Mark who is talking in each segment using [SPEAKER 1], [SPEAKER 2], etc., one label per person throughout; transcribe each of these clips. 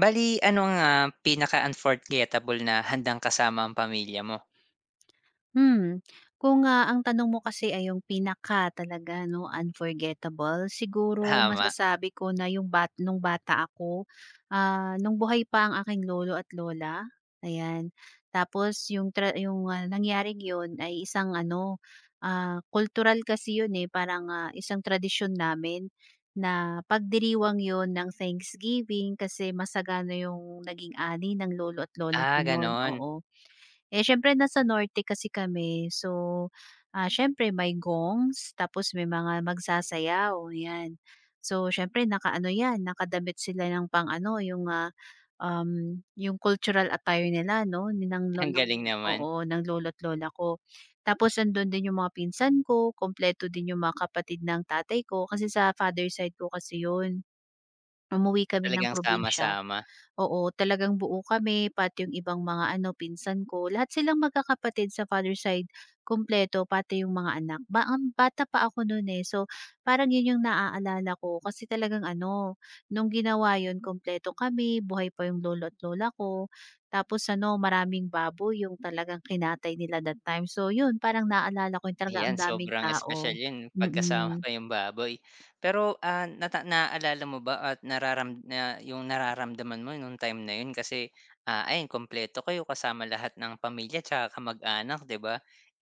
[SPEAKER 1] Bali ano ang, pinaka-unforgettable na handang kasama ang pamilya mo?
[SPEAKER 2] Hmm, kung ang tanong mo kasi ay yung pinaka talaga 'no, unforgettable, siguro
[SPEAKER 1] Tama.
[SPEAKER 2] masasabi ko na yung nung bata ako, nung buhay pa ang aking lolo at lola, ayan. Tapos yung nangyaring yun ay isang ano, cultural kasi yun, eh, parang, isang tradisyon namin na pagdiriwang yon ng Thanksgiving kasi masagana yung naging ani ng lolo at lola
[SPEAKER 1] Ah,
[SPEAKER 2] ko nun,
[SPEAKER 1] gano'n.
[SPEAKER 2] oo. Eh, siyempre nasa norte kasi kami, so, siyempre may gongs tapos may mga magsasayaw, 'yan. So, siyempre nakaano 'yan, nakadamit sila ng pang-ano yung, yung cultural attire nila 'no, Ni- ng lo
[SPEAKER 1] Ang
[SPEAKER 2] ng
[SPEAKER 1] galing naman.
[SPEAKER 2] oo, ng lolo't lola ko. Tapos nando'n din yung mga pinsan ko, kompleto din yung mga kapatid ng tatay ko kasi sa father side ko kasi 'yun. Umuwi kami ng
[SPEAKER 1] Talagang
[SPEAKER 2] probinsya.
[SPEAKER 1] sama-sama.
[SPEAKER 2] Oo, talagang buo kami pati yung ibang mga ano, pinsan ko. Lahat silang magkakapatid sa father side, kumpleto pati yung mga anak. Ang bata pa ako no'n, eh. So, parang 'yun yung naaalala ko kasi talagang ano, nung ginawa 'yun kumpleto kami, buhay pa yung lolo at lola ko. Tapos ano, maraming baboy yung talagang kinatay nila that time. So 'yun, parang naaalala ko yung talaga ang
[SPEAKER 1] Ayan,
[SPEAKER 2] daming
[SPEAKER 1] sobrang espesyal
[SPEAKER 2] tao.
[SPEAKER 1] 'yun
[SPEAKER 2] Mm.
[SPEAKER 1] pagkasama pa
[SPEAKER 2] Mm.
[SPEAKER 1] yung baboy. Pero, ah, nata naalala mo ba at nararam na yung nararamdaman mo nung time na 'yun kasi, ayun kumpleto kayo kasama lahat ng pamilya tsaka kamag-anak, 'di ba?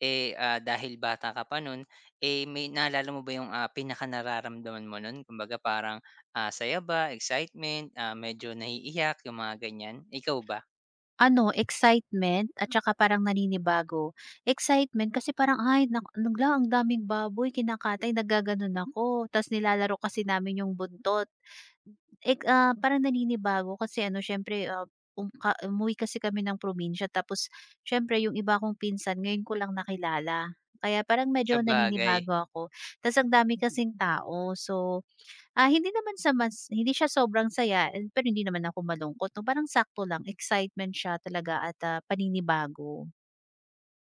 [SPEAKER 1] Eh, dahil bata ka pa nun, eh, may naalala mo ba yung, pinakanararamdaman mo nun, kumbaga parang, saya ba, excitement, medyo naiiyak yung mga ganiyan, ikaw ba?
[SPEAKER 2] Ano, excitement at saka parang naninibago. Excitement kasi parang, "Ay nak nagla ang daming baboy kinakatay." Naggaganon ako ta's nilalaro kasi namin yung buntot. Parang naninibago kasi ano siyempre, ah, um ka umuwi kasi kami ng probinsya tapos siyempre yung iba kong pinsan ngayon ko lang nakilala. Kaya parang medyo
[SPEAKER 1] Sa bagay.
[SPEAKER 2] naninibago ako ta's ang dami kasing tao. So, hindi naman sa mas hindi siya sobrang saya and pero hindi naman ako malungkot 'no, parang sakto lang, excitement siya talaga at, paninibago.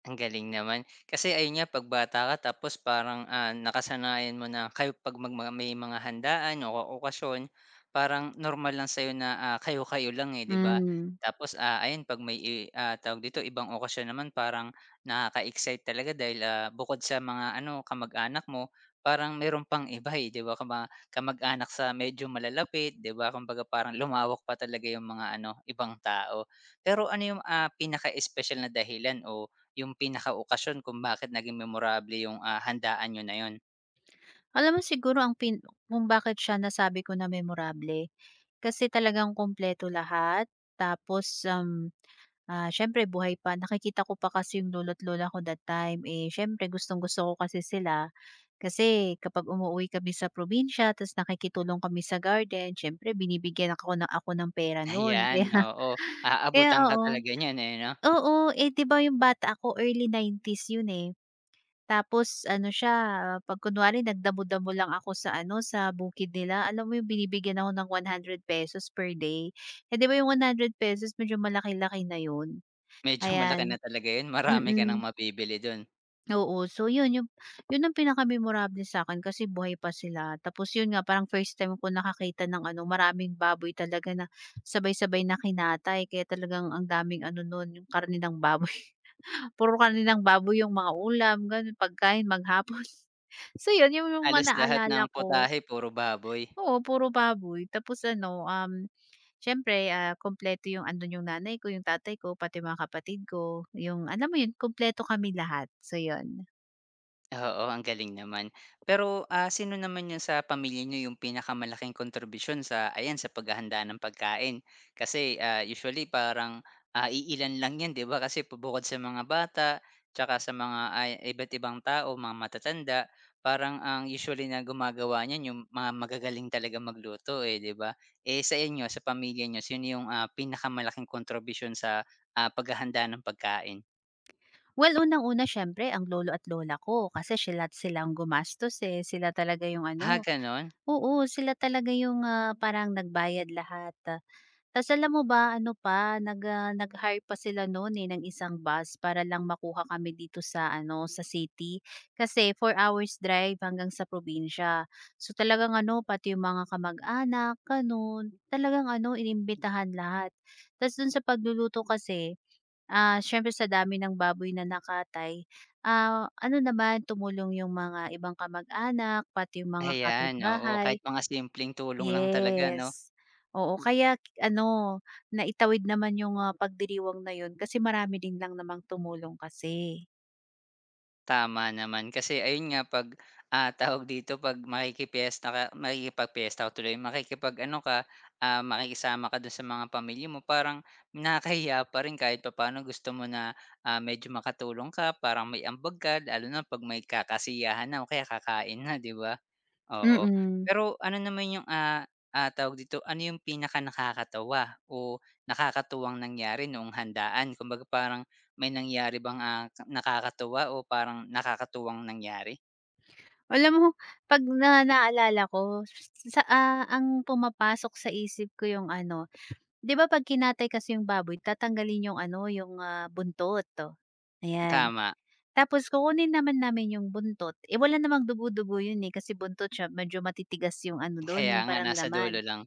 [SPEAKER 1] Ang galing naman. Kasi ayun nga, 'pag tapos parang, nakasanayan mo na kayo 'pag mag mga may mga handaan o okasyon, parang normal lang sa'yo na, kayo-kayo lang, eh, 'di ba?
[SPEAKER 2] Hmm.
[SPEAKER 1] Tapos, ayun 'pag may tawag dito, ibang okasyon naman parang nakaka-excite talaga dahil, bukod sa mga ano, kamag-anak mo, parang meron pang iba, eh, 'di ba, kamag-anak sa medyo malalapit, 'di ba? Kumbaga parang lumawak pa talaga yung mga ano, ibang tao. Pero ano yung, pinaka-espesyal na dahilan o yung pinakaokasyon kung bakit naging memorable yung, handaan niyo na yun.
[SPEAKER 2] Alam mo siguro ang pin kung bakit siya nasabi ko na memorable, kasi talagang kumpleto lahat tapos, siyempre buhay pa nakikita ko pa kasi yung lolo't lola ko that time, eh, siyempre gustong-gusto ko kasi sila. Kasi kapag umuuwi kami sa probinsya ta's nakikitulong kami sa garden siyempre binibigyan ako ng pera nun.
[SPEAKER 1] Ayan, oo.
[SPEAKER 2] Kaya
[SPEAKER 1] Aabutan ka
[SPEAKER 2] oo.
[SPEAKER 1] talaga niyan, eh, 'no?
[SPEAKER 2] Oo, eh, 'di ba yung bata ako early 90s yun, eh. Tapos ano siya, 'pag kunwari nagdamo-damo lang ako sa ano, sa bukid nila, alam mo yung binibigyan ako ng 100 pesos per day. Eh, 'di ba yung 100 pesos medyo malaki-laki na yun,
[SPEAKER 1] Medyo malaki na
[SPEAKER 2] ayan.
[SPEAKER 1] talaga yun, marami ka ng
[SPEAKER 2] Mm,
[SPEAKER 1] mabibili dun.
[SPEAKER 2] oo. So yun, yun ang pinaka-memorable sa'kin kasi buhay pa sila. Tapos yun nga, parang first time ko nakakita ng ano, maraming baboy talaga na sabay-sabay na kinatay. Kaya talagang ang daming ano nun, yung karne ng baboy. Puro kaninang baboy yung mga ulam, gano'n, pagkain maghapon. So, yun yun yung
[SPEAKER 1] Halos
[SPEAKER 2] mga
[SPEAKER 1] lahat ng
[SPEAKER 2] naalala ko.
[SPEAKER 1] putahe puro baboy.
[SPEAKER 2] Oo, puro baboy tapos ano, siyempre, kumpleto yung andun yung nanay ko, yung tatay ko, pati mga kapatid ko, yung alam mo yun, kumpleto kami lahat. So, yun.
[SPEAKER 1] Oo, ang galing naman. Pero, sino naman 'yun sa pamilya niyo yung pinakamalaking kontribusyon sa ayan, sa paghahanda ng pagkain? Kasi, usually parang, iilan lang 'yan, 'di ba? Kasi bukod sa mga bata, tsaka sa mga iba't ibang tao, mga matatanda, parang ang usually na gumagawa niyan yung mga magagaling talaga magluto, eh, 'di ba? Eh, sa inyo, sa pamilya niyo, sino yung, pinakamalaking kontribusyon sa, paghahanda ng pagkain?
[SPEAKER 2] Well, unang-una siyempre ang lolo at lola ko kasi sila sila ang gumastos, eh, sila talaga yung
[SPEAKER 1] Ah,
[SPEAKER 2] ano,
[SPEAKER 1] gano'n?
[SPEAKER 2] oo, sila talaga yung, parang nagbayad lahat. Ah. Tas alam mo ba ano pa, nag-hire pa sila noon, eh, ng isang bus para lang makuha kami dito sa ano, sa city. Kasi 4 hours drive hanggang sa probinsya. So talagang ano, pati yung mga kamag-anak, talagang ano, inimbitahan lahat. Tas do'n sa pagluluto kasi, siyempre sa dami ng baboy na nakatay, ano naman, tumulong yung mga ibang kamag-anak, pati yung mga
[SPEAKER 1] Ayan, oo, kahit
[SPEAKER 2] kapitbahay.
[SPEAKER 1] mga simpleng tulong lang talaga 'no,
[SPEAKER 2] Yes, oo kaya naitawid naman yung, pagdiriwang na yun kasi marami din lang namang tumulong kasi.
[SPEAKER 1] tama naman. Kasi ayun nga 'pag, tawag dito, 'pag makikipiyesta ka o tuloy makikipag-ano ka, makikisama ka dun sa mga pamilya mo parang nakakahiya pa rin kahit papaano, gusto mo na, medyo makatulong ka, parang may ambag ka lalo na 'pag may kakasiyahan na o kaya kakain na, 'di ba? Oo.
[SPEAKER 2] Mm,
[SPEAKER 1] Pero ano naman yung, tawag dito, ano yung pinaka nakakatawa o nakakatuwang nangyari noong handaan? Kumbaga parang may nangyari bang, nakakatuwa o parang nakakatuwang nangyari?
[SPEAKER 2] alam mo 'pag naalala ko ang pumapasok sa isip ko yung ano, 'di ba 'pag kinatay kasi yung baboy tatanggalin yung ano, yung, buntot, to, ayan.
[SPEAKER 1] Tama,
[SPEAKER 2] Tapos kukunin naman namin yung buntot, eh, wala namang dugo-dugo yun, eh, kasi buntot siya medyo matitigas yung ano doon
[SPEAKER 1] kaya
[SPEAKER 2] yung
[SPEAKER 1] nga
[SPEAKER 2] parang
[SPEAKER 1] nasa
[SPEAKER 2] laman.
[SPEAKER 1] dulo lang.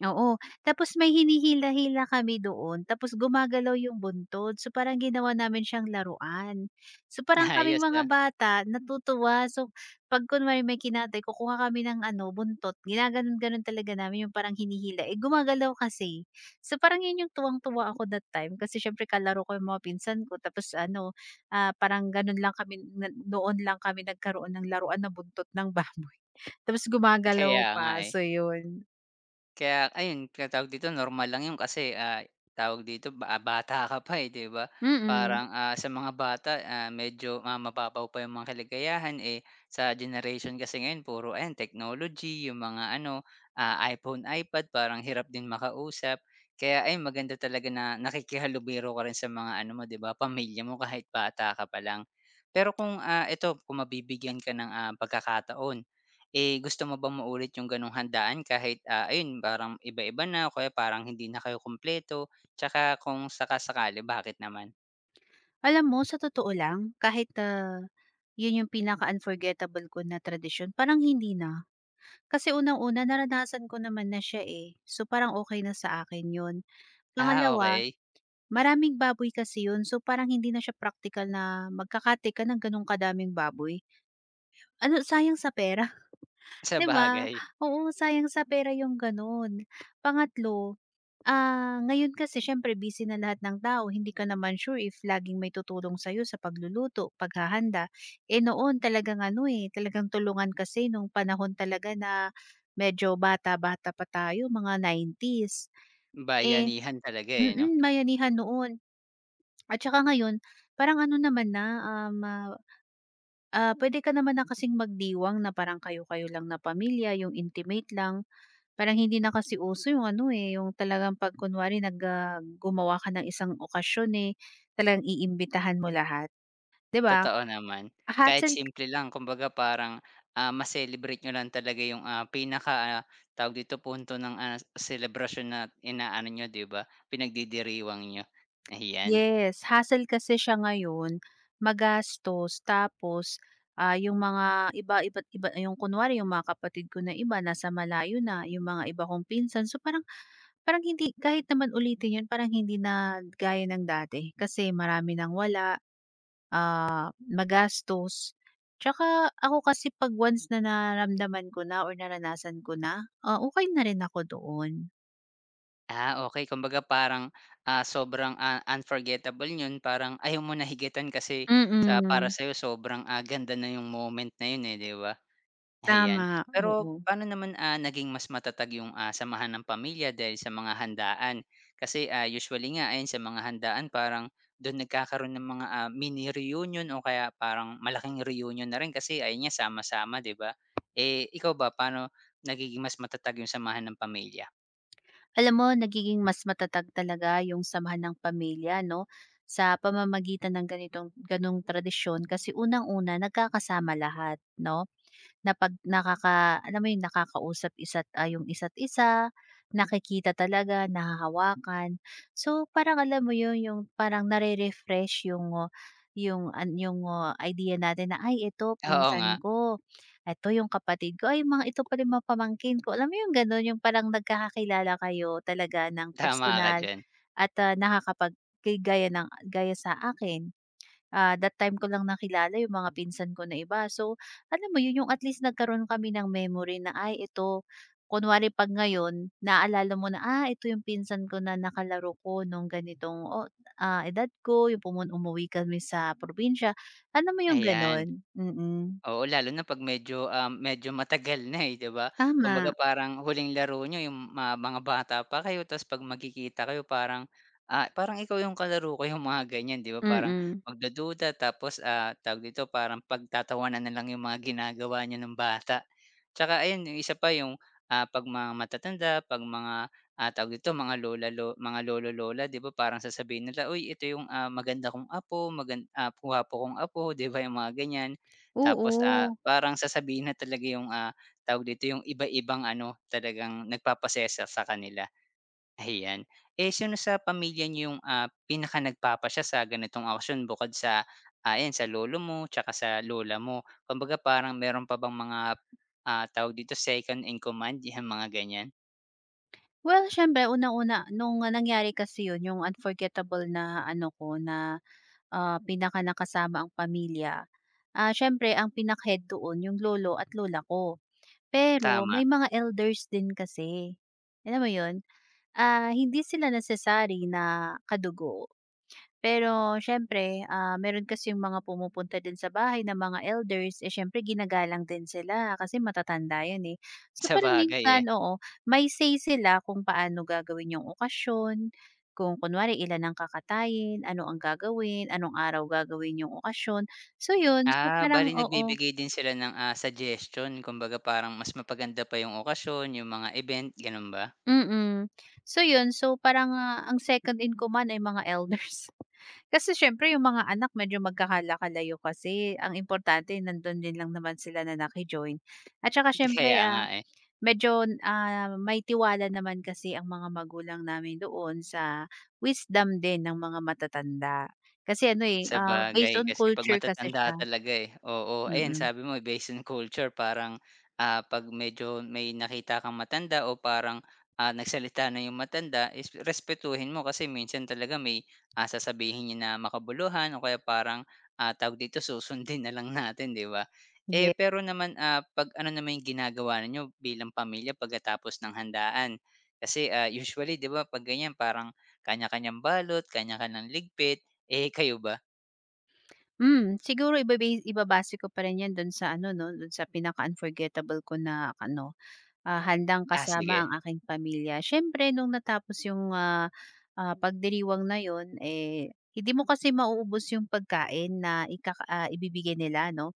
[SPEAKER 2] Oo, tapos may hinihila-hila kami doon tapos gumagalaw yung buntod. So, parang ginawa namin siyang laruan. So, parang kaming
[SPEAKER 1] Ayos, ah,
[SPEAKER 2] mga bata natutuwa. So, 'pag kunwari may kinatay kukuha kami ng ano buntot ginaganon-ganon talaga namin yung parang hinihila, eh, gumagalaw kasi. So, parang yun yung tuwang-tuwa ako that time kasi siyempre kalaro ko yung mga pinsan ko tapos ano, parang ganon lang kami na noon lang kami nagkaroon ng laruan na buntot ng baboy tapos
[SPEAKER 1] kaya
[SPEAKER 2] gumagalaw
[SPEAKER 1] nga,
[SPEAKER 2] pa.
[SPEAKER 1] eh.
[SPEAKER 2] So, yun.
[SPEAKER 1] Kaya ayun, kaya tawag dito normal lang 'yun kasi, tawag dito ba bata ka pa, eh, 'di ba?
[SPEAKER 2] Mm.
[SPEAKER 1] Parang,
[SPEAKER 2] Mm.
[SPEAKER 1] sa mga bata, medyo, mababaw pa 'yung mga kaligayahan, eh, sa generation kasi ngayon puro ayan technology, 'yung mga ano, iPhone, iPad parang hirap din makausap. Kaya ayun maganda talaga na nakikihalubilo ka rin sa mga ano mo, 'di ba, pamilya mo kahit bata ka pa lang. Pero kung, ito, kung mabibigyan ka ng, pagkakataon, eh, gusto mo bang maulit yung gano'ng handaan kahit, ayun parang iba-iba na o kaya parang hindi na kayo kumpleto? Tsaka kung bakit naman?
[SPEAKER 2] Alam mo sa totoo lang, kahit, 'yun yung pinaka-unforgettable ko na tradisyon, parang hindi na. Kasi unang-una naranasan ko naman na siya, eh, so parang okay na sa akin 'yun.
[SPEAKER 1] Ah,
[SPEAKER 2] Pangalawa,
[SPEAKER 1] okey.
[SPEAKER 2] maraming baboy kasi 'yun, so parang hindi na siya practical na magka ka ng gano'ng kadaming baboy. Ano, sayang sa pera, 'di ba?
[SPEAKER 1] Sabagay,
[SPEAKER 2] Oo, sayang sa pera yung gano'n. Pangatlo, ngayon kasi siyempre busy na lahat ng tao, hindi ka naman sure if laging may tutulong sa'yo sa pagluluto, paghahanda. Eh noon talagang ano, eh, talagang tulungan kasi nung panahon talaga na medyo bata-bata pa tayo, mga 90s. Eh,
[SPEAKER 1] bayanihan talaga, eh, 'no?
[SPEAKER 2] mm, bayanihan noon. At saka ngayon, parang ano naman na, um, ah, pwede ka naman na kasing magdiwang na parang kayo-kayo lang na pamilya, yung intimate lang. Parang hindi na kasi uso yung ano, eh, yung talagang 'pag kunwari gumawa ka ng isang okasyon, eh, talagang iimbitahan mo lahat, 'di ba?
[SPEAKER 1] Totoo naman. Kahit
[SPEAKER 2] Hassle,
[SPEAKER 1] simple lang, kumbaga parang, ma-celebrate niyo lang talaga yung, ah, pinaka, tawag dito, punto ng, selebrasyon na inaano niyo, 'di ba? Pinagdidiriwang niyo, ayan.
[SPEAKER 2] yes, hassle kasi siya ngayon, magastos tapos, yung mga iba't iba, yung kunwari yung mga kapatid ko na iba nasa malayo na, yung mga iba kong pinsan. So, parang parang hindi kahit naman ulitin yun parang hindi na gaya ng dati kasi marami ng wala. Magastos. Tsaka ako kasi 'pag once na naramdaman ko na or naranasan ko na, okey na rin ako doon.
[SPEAKER 1] Ah, okey. Kumbaga parang, sobrang, unforgettable niyon parang ayaw mo na higitan kasi sa para
[SPEAKER 2] Mm.
[SPEAKER 1] sa'yo sobrang, ganda na yung moment na yun, eh, 'di ba? Ayan.
[SPEAKER 2] Tama,
[SPEAKER 1] Pero
[SPEAKER 2] oo.
[SPEAKER 1] paano naman, naging mas matatag yung, samahan ng pamilya dahil sa mga handaan? Kasi, usually nga ayan sa mga handaan parang dun nagkakaroon ng mga, mini reunion o kaya parang malaking reunion na rin kasi ayun nga sama-sama, 'di ba? Eh, ikaw ba, paano nagiging mas matatag yung samahan ng pamilya?
[SPEAKER 2] Alam mo nagiging mas matatag talaga yung samahan ng pamilya 'no, sa pamamagitan ng gano'ng tradisyon kasi unang-una nagkakasama lahat 'no. Na 'pag alam mo yun, yung isa't isa, nakikita talaga, nahahawakan. So, parang alam mo yun, yung parang nare-refresh yung, oh, yung, idea natin na, "Ay ito
[SPEAKER 1] Oo nga.
[SPEAKER 2] pinsan ko, ito yung kapatid ko, ay mga ito pala yung mga pamangkin ko." Alam mo yung gano'n, yung parang nagkakakilala kayo talaga ng
[SPEAKER 1] Tama ka
[SPEAKER 2] personal,
[SPEAKER 1] diyan,
[SPEAKER 2] at, ah, nakakapag kay gaya ng gaya sa akin, ah, that time ko lang nakilala yung mga pinsan ko na iba. So, alam mo yun, yung at least nagkaroon kami ng memory na, ay, ito, kunwari pag ngayon, naalala mo na, ah, ito yung pinsan ko na nakalaro ko nung ganitong o edad ko, yung umuwi kami sa probinsya. Alam mo yung
[SPEAKER 1] ayan.
[SPEAKER 2] ganon? Mm. Mm.
[SPEAKER 1] Oo, lalo na 'pag medyo, medyo matagal na, eh, 'di ba? Kumbaga
[SPEAKER 2] Tama.
[SPEAKER 1] parang huling laro niyo yung mga bata pa kayo tapos 'pag magkikita kayo parang, parang ikaw yung kalaro ko, yung mga ganyan, 'di ba?
[SPEAKER 2] Mm.
[SPEAKER 1] Parang
[SPEAKER 2] Mm.
[SPEAKER 1] magdududa tapos, tawag dito, parang pagtatawanan na lang yung mga ginagawa niyo nung bata. Tsaka ayun, yung isa pa yung, 'pag mga matatanda, 'pag mga, tawag dito, mga lola lo mga lolo-lola, 'di ba, parang sasabihin nila, "Uy, ito yung, maganda kong apo, gwapo kong apo." 'Di ba, yung mga ganyan. Tapos,
[SPEAKER 2] Oo.
[SPEAKER 1] parang sasabihin na talaga yung, tawag dito, yung iba-ibang ano, talagang nagpapasaya sa kanila, ayan. Eh, sino sa pamilya niyo yung, pinaka nagpapasya sa ganitong aksyon bukod sa, ayan, sa lolo mo tsaka sa lola mo? Kumbaga parang meron pa bang mga, tawag dito, second in command, yung mga ganyan?
[SPEAKER 2] Well, siyempre unang-una nung nangyari kasi yun, yung unforgettable na ano ko na pinaka nakasama ang pamilya, siyempre ang pinakhead head doon yung lolo at lola ko. Pero
[SPEAKER 1] Tama,
[SPEAKER 2] may mga elders din kasi, alam mo yun? Hindi sila necessary na kadugo pero siyempre, meron kasi yung mga pumupunta din sa bahay na mga elders, eh, siyempre ginagalang din sila kasi matatanda 'yun, eh. So, parang
[SPEAKER 1] sabagay, eh.
[SPEAKER 2] minsan, oo, may say sila kung paano gagawin 'yung okasyon, kung kunwari ilan ang kakatayin, ano ang gagawin, anong araw gagawin 'yung okasyon. So 'yun, so
[SPEAKER 1] Ah, bali
[SPEAKER 2] parang oo.
[SPEAKER 1] nagbibigay din sila ng, suggestion, kumbaga parang mas mapaganda pa yung okasyon, yung mga event, gano'n ba?
[SPEAKER 2] Mm. So yun, so parang, ang second in command ay mga elders. Kasi siyempre yung mga anak medyo magkakala-kalayo kasi ang importante nandun din lang naman sila na join. At saka siyempre,
[SPEAKER 1] Kaya nga, eh.
[SPEAKER 2] medyo, may tiwala naman kasi ang mga magulang namin doon sa wisdom din ng mga matatanda. Kasi ano, eh, based
[SPEAKER 1] Sabagay,
[SPEAKER 2] on
[SPEAKER 1] kasi 'pag
[SPEAKER 2] culture kasi
[SPEAKER 1] matatanda
[SPEAKER 2] siya.
[SPEAKER 1] talaga, eh, oo. Ayan,
[SPEAKER 2] Mm,
[SPEAKER 1] sabi mo eh, based on culture parang, 'pag medyo may nakita kang matanda o parang, nagsalita na yung matanda is respetuhin mo kasi minsan talaga may, sasabihin niya na makabuluhan o kaya parang, tawag dito, susundin na lang natin, 'di ba?
[SPEAKER 2] ye
[SPEAKER 1] Eh, pero naman, 'pag ano naman yung ginagawa ninyo bilang pamilya pagkatapos ng handaan? Kasi, usually, 'di ba, 'pag ganyan parang kanya-kanyang balot, kanya-kanyang ligpit. Eh, kayo ba?
[SPEAKER 2] hmm, siguro ibabase ko pa rin yan dun sa ano 'no, dun sa pinaka-unforgettable ko na ano, ah, handang
[SPEAKER 1] Ah,
[SPEAKER 2] kasama
[SPEAKER 1] sige.
[SPEAKER 2] ang aking pamilya. Siyempre nung natapos yung, pagdiriwang na yon, eh, hindi mo kasi mauubos yung pagkain na ibibigay nila 'no.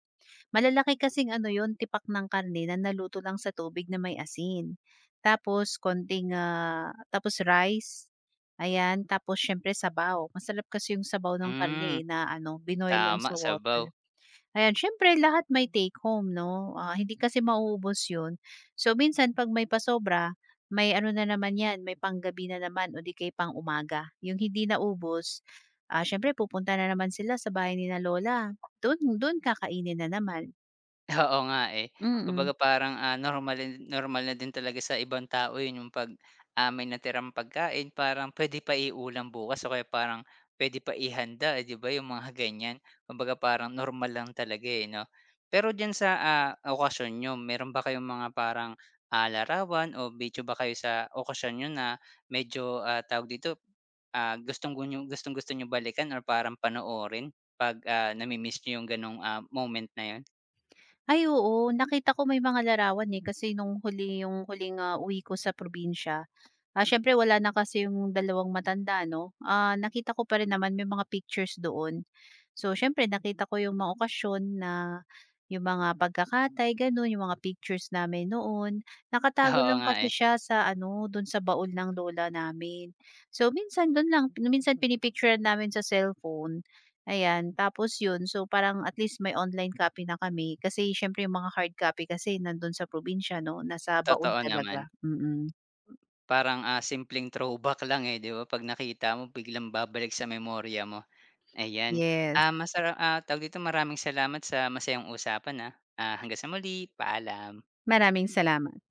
[SPEAKER 2] Malalaki kasing ano yon tipak ng karne na naluto lang sa tubig na may asin. Tapos konting, tapos rice, ayan. Tapos siyempre sabaw, masarap kasi yung sabaw ng
[SPEAKER 1] Hmm,
[SPEAKER 2] karne, eh, na ano, binoy lang
[SPEAKER 1] tama,
[SPEAKER 2] sa
[SPEAKER 1] sabaw.
[SPEAKER 2] water. Ayan, siyempre lahat may take home 'no, hindi kasi mauubos 'yun. So, minsan 'pag may pasobra, may ano na naman 'yan, may panggabi na naman o di kaya pang-umaga. Yung hindi naubos, siyempre pupunta na naman sila sa bahay nina lola, dun dun kakainin na naman,
[SPEAKER 1] Oo nga, eh. Kumbaga
[SPEAKER 2] mm.
[SPEAKER 1] parang, normal na din talaga sa ibang tao yun, yung 'pag, may natirang pagkain parang pwede pa iulam bukas o kaya parang pwede pa ihanda, eh, 'di ba, yung mga ganyan. Kumbaga parang normal lang talaga, eh, 'no? Pero diyan sa, okasyon niyo, meron ba kayong mga parang, larawan o video ba kayo sa okasyon niyo na medyo, tawag dito, ah, gustong gu gustong-gusto niyong balikan or parang panoorin 'pag, nami-miss niyo yung gano'ng, moment na yun?
[SPEAKER 2] Ay oo, nakita ko may mga larawan, eh, kasi nung huli yung huling, uwi ko sa probinsya, ah, siyempre wala na kasi yung dalawang matanda 'no, nakita ko pa rin naman may mga pictures doon. So, siyempre nakita ko yung mga okasyon na yung mga pagkakatay gano'n, yung mga pictures namin noon. Nakatago
[SPEAKER 1] Oo
[SPEAKER 2] lang
[SPEAKER 1] nga,
[SPEAKER 2] kasi
[SPEAKER 1] eh,
[SPEAKER 2] siya sa ano, do'n sa baon ng lola namin. So, minsan do'n lang pin- minsan pinipicture namin sa cellphone, ayan. Tapos 'yun, so parang at least may online copy na kami kasi siyempre yung mga hard copy kasi nandun sa probinsya 'no, nasa baon
[SPEAKER 1] totoo naman.
[SPEAKER 2] talaga, mm. Mm.
[SPEAKER 1] Parang, simpleng throwback lang, eh, 'di ba, 'pag nakita mo biglang babalik sa memorya mo, ayan.
[SPEAKER 2] Yes.
[SPEAKER 1] Ah, masara ah, tawag dito, maraming salamat sa masayang usapan, ah. Ah, hanggang sa muli, paalam.
[SPEAKER 2] Maraming salamat.